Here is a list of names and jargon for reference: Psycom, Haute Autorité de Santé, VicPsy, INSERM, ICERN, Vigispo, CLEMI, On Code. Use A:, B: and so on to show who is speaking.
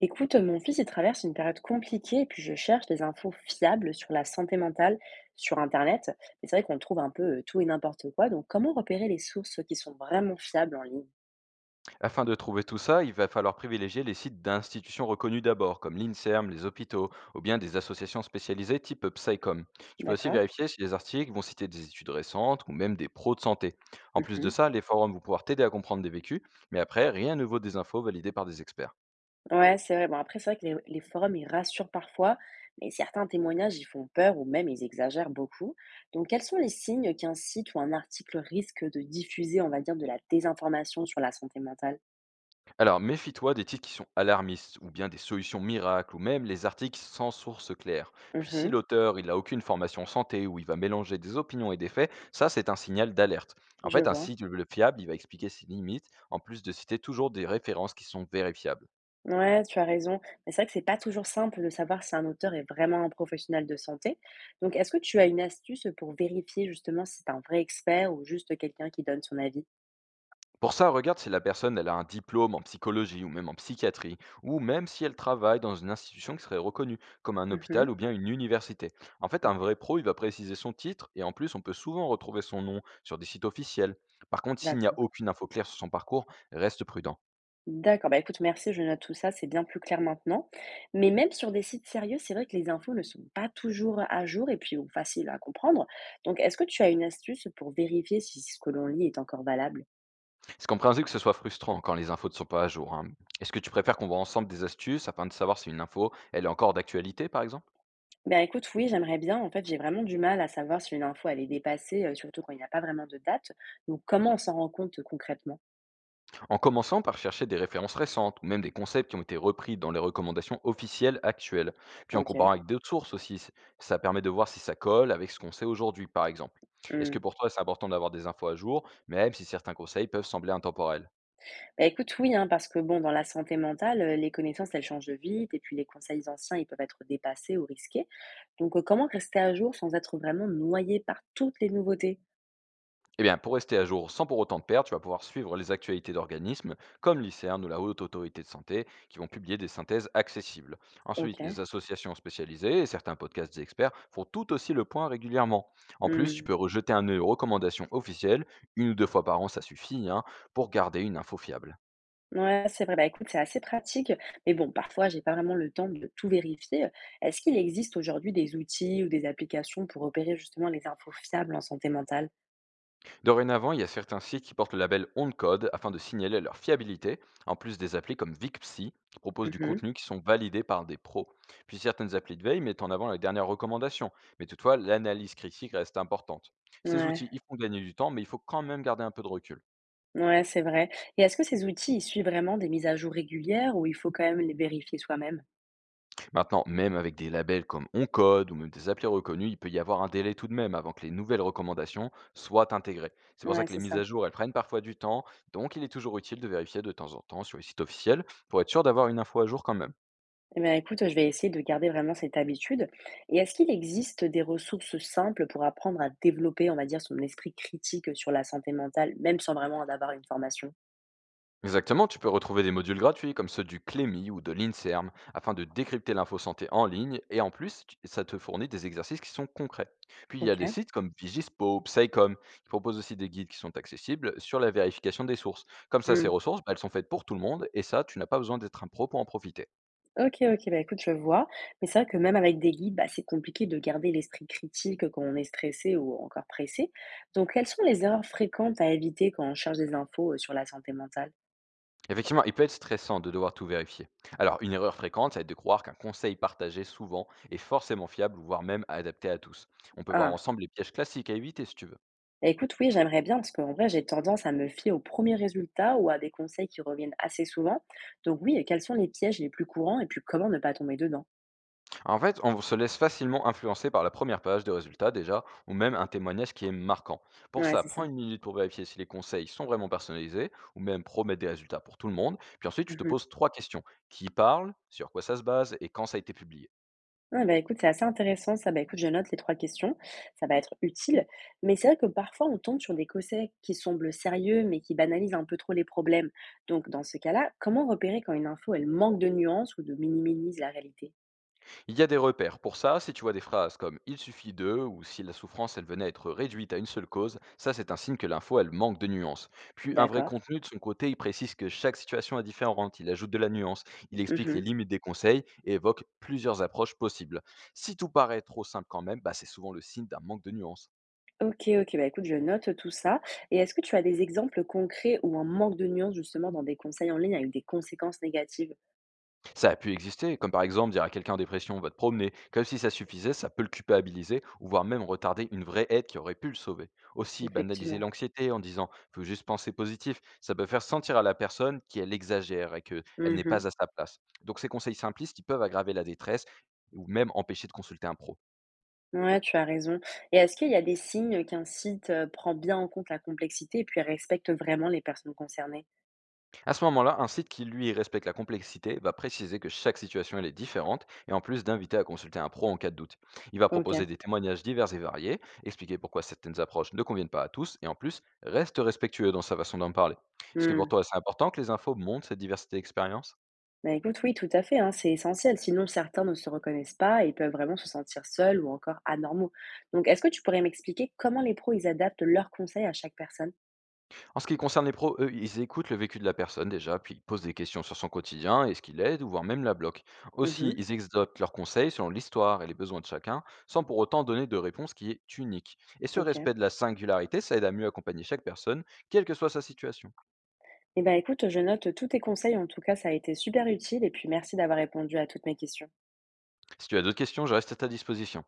A: Écoute, mon fils, il traverse une période compliquée et puis je cherche des infos fiables sur la santé mentale sur Internet. Mais c'est vrai qu'on trouve un peu tout et n'importe quoi. Donc, comment repérer les sources qui sont vraiment fiables en ligne?
B: Afin de trouver tout ça, il va falloir privilégier les sites d'institutions reconnues d'abord, comme l'INSERM, les hôpitaux, ou bien des associations spécialisées type Psycom. Tu peux aussi
A: D'accord?
B: vérifier si les articles vont citer des études récentes ou même des pros de santé. En plus de
A: Mhm.
B: ça, les forums vont pouvoir t'aider à comprendre des vécus, mais après, rien ne vaut des infos validées par des experts.
A: Ouais, c'est vrai. Bon, après, c'est vrai que les forums, ils rassurent parfois, mais certains témoignages, ils font peur ou même ils exagèrent beaucoup. Donc, quels sont les signes qu'un site ou un article risque de diffuser, on va dire, de la désinformation sur la santé mentale?
B: Alors, méfie-toi des titres qui sont alarmistes, ou bien des solutions miracles, ou même les articles sans source claire. Puis si
A: Mhm,
B: l'auteur, il n'a aucune formation santé, ou il va mélanger des opinions et des faits, ça c'est un signal d'alerte. En
A: je
B: fait, un
A: vois.
B: site fiable, il va expliquer ses limites, en plus de citer toujours des références qui sont vérifiables.
A: Ouais, tu as raison. Mais c'est vrai que c'est pas toujours simple de savoir si un auteur est vraiment un professionnel de santé. Donc, est-ce que tu as une astuce pour vérifier justement si c'est un vrai expert ou juste quelqu'un qui donne son avis?
B: Pour ça, regarde si la personne elle a un diplôme en psychologie ou même en psychiatrie, ou même si elle travaille dans une institution qui serait reconnue, comme un
A: Mhm.
B: hôpital ou bien une université. En fait,
A: Ok,
B: un vrai pro, il va préciser son titre, et en plus, on peut souvent retrouver son nom sur des sites officiels. Par contre, s'il n'y a
A: d'accord.
B: aucune info claire sur son parcours, reste prudent.
A: D'accord. Bah écoute, merci, je note tout ça, c'est bien plus clair maintenant. Mais même sur des sites sérieux, c'est vrai que les infos ne sont pas toujours à jour et puis ou faciles à comprendre. Donc, est-ce que tu as une astuce pour vérifier si ce que l'on lit est encore valable?
B: C'est compréhensible que ce soit frustrant quand les infos ne sont pas à jour, hein. Est-ce que tu préfères qu'on voit ensemble des astuces afin de savoir si une info, elle est encore d'actualité, par exemple?
A: Ben écoute, oui, j'aimerais bien. En fait, j'ai vraiment du mal à savoir si une info, elle est dépassée, surtout quand il n'y a pas vraiment de date. Donc, comment on s'en rend compte concrètement?
B: En commençant par chercher des références récentes ou même des concepts qui ont été repris dans les recommandations officielles actuelles, puis en
A: Ok.
B: comparant avec d'autres sources aussi, ça permet de voir si ça colle avec ce qu'on sait aujourd'hui par exemple. Est-ce que
A: Hmm.
B: pour toi c'est important d'avoir des infos à jour, même si certains conseils peuvent sembler intemporels?
A: Ben écoute, oui, hein, parce que bon, dans la santé mentale, les connaissances, elles changent vite, et puis les conseils anciens, ils peuvent être dépassés ou risqués. Donc, comment rester à jour sans être vraiment noyé par toutes les nouveautés?
B: Eh bien, pour rester à jour sans pour autant te perdre, tu vas pouvoir suivre les actualités d'organismes comme l'ICERN ou la Haute Autorité de Santé qui vont publier des synthèses accessibles.
A: Ok.
B: Ensuite, les associations spécialisées et certains podcasts des experts font tout aussi le point régulièrement. En plus, tu
A: Hmm.
B: peux rejeter un œil aux recommandations officielles, une ou deux fois par an, ça suffit, hein, pour garder une info fiable.
A: Ouais, c'est vrai. Bah, écoute, c'est assez pratique. Mais bon, parfois, j'ai pas vraiment le temps de tout vérifier. Est-ce qu'il existe aujourd'hui des outils ou des applications pour repérer justement les infos fiables en santé mentale?
B: Dorénavant, il y a certains sites qui portent le label On Code afin de signaler leur fiabilité, en plus des applis comme VicPsy qui proposent du
A: Mhm.
B: contenu qui sont validés par des pros. Puis certaines applis de veille mettent en avant les dernières recommandations, mais toutefois l'analyse critique reste importante. Ces
A: Ouais,
B: outils, ils font gagner du temps, mais il faut quand même garder un peu de recul.
A: ouais, c'est vrai. Et est-ce que ces outils, ils suivent vraiment des mises à jour régulières ou il faut quand même les vérifier soi-même?
B: Maintenant, même avec des labels comme Oncode ou même des applis reconnus, il peut y avoir un délai tout de même avant que les nouvelles recommandations soient intégrées. C'est pour ça
A: Ouais,
B: que les
A: c'est
B: mises
A: ça.
B: à jour, elles prennent parfois du temps, donc il est toujours utile de vérifier de temps en temps sur les sites officiels pour être sûr d'avoir une info à jour quand même.
A: Eh bien, écoute, je vais essayer de garder vraiment cette habitude. Et est-ce qu'il existe des ressources simples pour apprendre à développer, on va dire, son esprit critique sur la santé mentale, même sans vraiment en avoir une formation?
B: Exactement, tu peux retrouver des modules gratuits comme ceux du CLEMI ou de l'INSERM afin de décrypter l'info santé en ligne et en plus, ça te fournit des exercices qui sont concrets. Puis il y
A: Ok.
B: a des sites comme Vigispo ou Psycom qui proposent aussi des guides qui sont accessibles sur la vérification des sources. Comme ça, ces ressources, bah, elles sont faites pour tout le monde et ça, tu n'as pas besoin d'être un pro pour en profiter.
A: OK, OK, bah, écoute, je vois. Mais c'est vrai que même avec des guides, bah, c'est compliqué de garder l'esprit critique quand on est stressé ou encore pressé. Donc, quelles sont les erreurs fréquentes à éviter quand on cherche des infos sur la santé mentale?
B: Effectivement, il peut être stressant de devoir tout vérifier. Alors, une erreur fréquente, ça va être de croire qu'un conseil partagé souvent est forcément fiable, voire même adapté à tous. On peut voir
A: Ah,
B: ensemble les pièges classiques à éviter si tu veux.
A: bah, écoute, oui, j'aimerais bien, parce qu'en vrai, j'ai tendance à me fier aux premiers résultats ou à des conseils qui reviennent assez souvent. Donc oui, et quels sont les pièges les plus courants et puis comment ne pas tomber dedans?
B: En fait, on se laisse facilement influencer par la première page des résultats déjà, ou même un témoignage qui est marquant. Pour
A: Ouais,
B: ça,
A: c'est ça.
B: prends une minute pour vérifier si les conseils sont vraiment personnalisés, ou même promettent des résultats pour tout le monde. Puis ensuite, tu te poses trois questions. Qui parle, sur quoi ça se base, et quand ça a été publié.
A: Ouais, bah, écoute, c'est assez intéressant ça. Bah, écoute, je note les 3 questions, ça va être utile. Mais c'est vrai que parfois on tombe sur des conseils qui semblent sérieux, mais qui banalisent un peu trop les problèmes. Donc dans ce cas-là, comment repérer quand une info, elle manque de nuances ou de minimise la réalité?
B: Il y a des repères. Pour ça, si tu vois des phrases comme « il suffit de » ou si la souffrance elle venait à être réduite à une seule cause, ça c'est un signe que l'info elle manque de nuance. Puis un vrai
A: D'accord.
B: contenu de son côté, il précise que chaque situation est différente, il ajoute de la nuance, il explique les
A: Mhm.
B: limites des conseils et évoque plusieurs approches possibles. Si tout paraît trop simple quand même, bah, c'est souvent le signe d'un manque de nuance.
A: Ok, ok, bah écoute, je note tout ça. Et est-ce que tu as des exemples concrets où un manque de nuances justement dans des conseils en ligne avec des conséquences négatives?
B: Ça a pu exister, comme par exemple dire à quelqu'un en dépression « va te promener », comme si ça suffisait, ça peut le culpabiliser, ou voire même retarder une vraie aide qui aurait pu le sauver. Aussi, banaliser
A: Effectivement.
B: l'anxiété en disant « faut juste penser positif », ça peut faire sentir à la personne qu'elle exagère et qu'elle n'est
A: Mhm.
B: pas à sa place. Donc ces conseils simplistes qui peuvent aggraver la détresse ou même empêcher de consulter un pro.
A: Ouais, tu as raison. Et est-ce qu'il y a des signes qu'un site prend bien en compte la complexité et puis respecte vraiment les personnes concernées?
B: À ce moment-là, un site qui, lui, respecte la complexité va préciser que chaque situation elle est différente et en plus d'inviter à consulter un pro en cas de doute. Il va
A: Ok.
B: proposer des témoignages divers et variés, expliquer pourquoi certaines approches ne conviennent pas à tous et en plus reste respectueux dans sa façon d'en parler. Est-ce que pour
A: Hmm.
B: toi c'est important que les infos montrent cette diversité d'expérience?
A: Bah écoute, oui, tout à fait, hein, c'est essentiel. Sinon, certains ne se reconnaissent pas et peuvent vraiment se sentir seuls ou encore anormaux. Donc, est-ce que tu pourrais m'expliquer comment les pros, ils adaptent leurs conseils à chaque personne?
B: En ce qui concerne les pros, eux, ils écoutent le vécu de la personne déjà, puis ils posent des questions sur son quotidien et ce qui l'aide, ou voire même la bloque. Aussi,
A: Mhm,
B: ils exotent leurs conseils selon l'histoire et les besoins de chacun, sans pour autant donner de réponse qui est unique. Et ce
A: ok.
B: respect de la singularité, ça aide à mieux accompagner chaque personne, quelle que soit sa situation.
A: Eh ben écoute, je note tous tes conseils. En tout cas, ça a été super utile et puis merci d'avoir répondu à toutes mes questions.
B: Si tu as d'autres questions, je reste à ta disposition.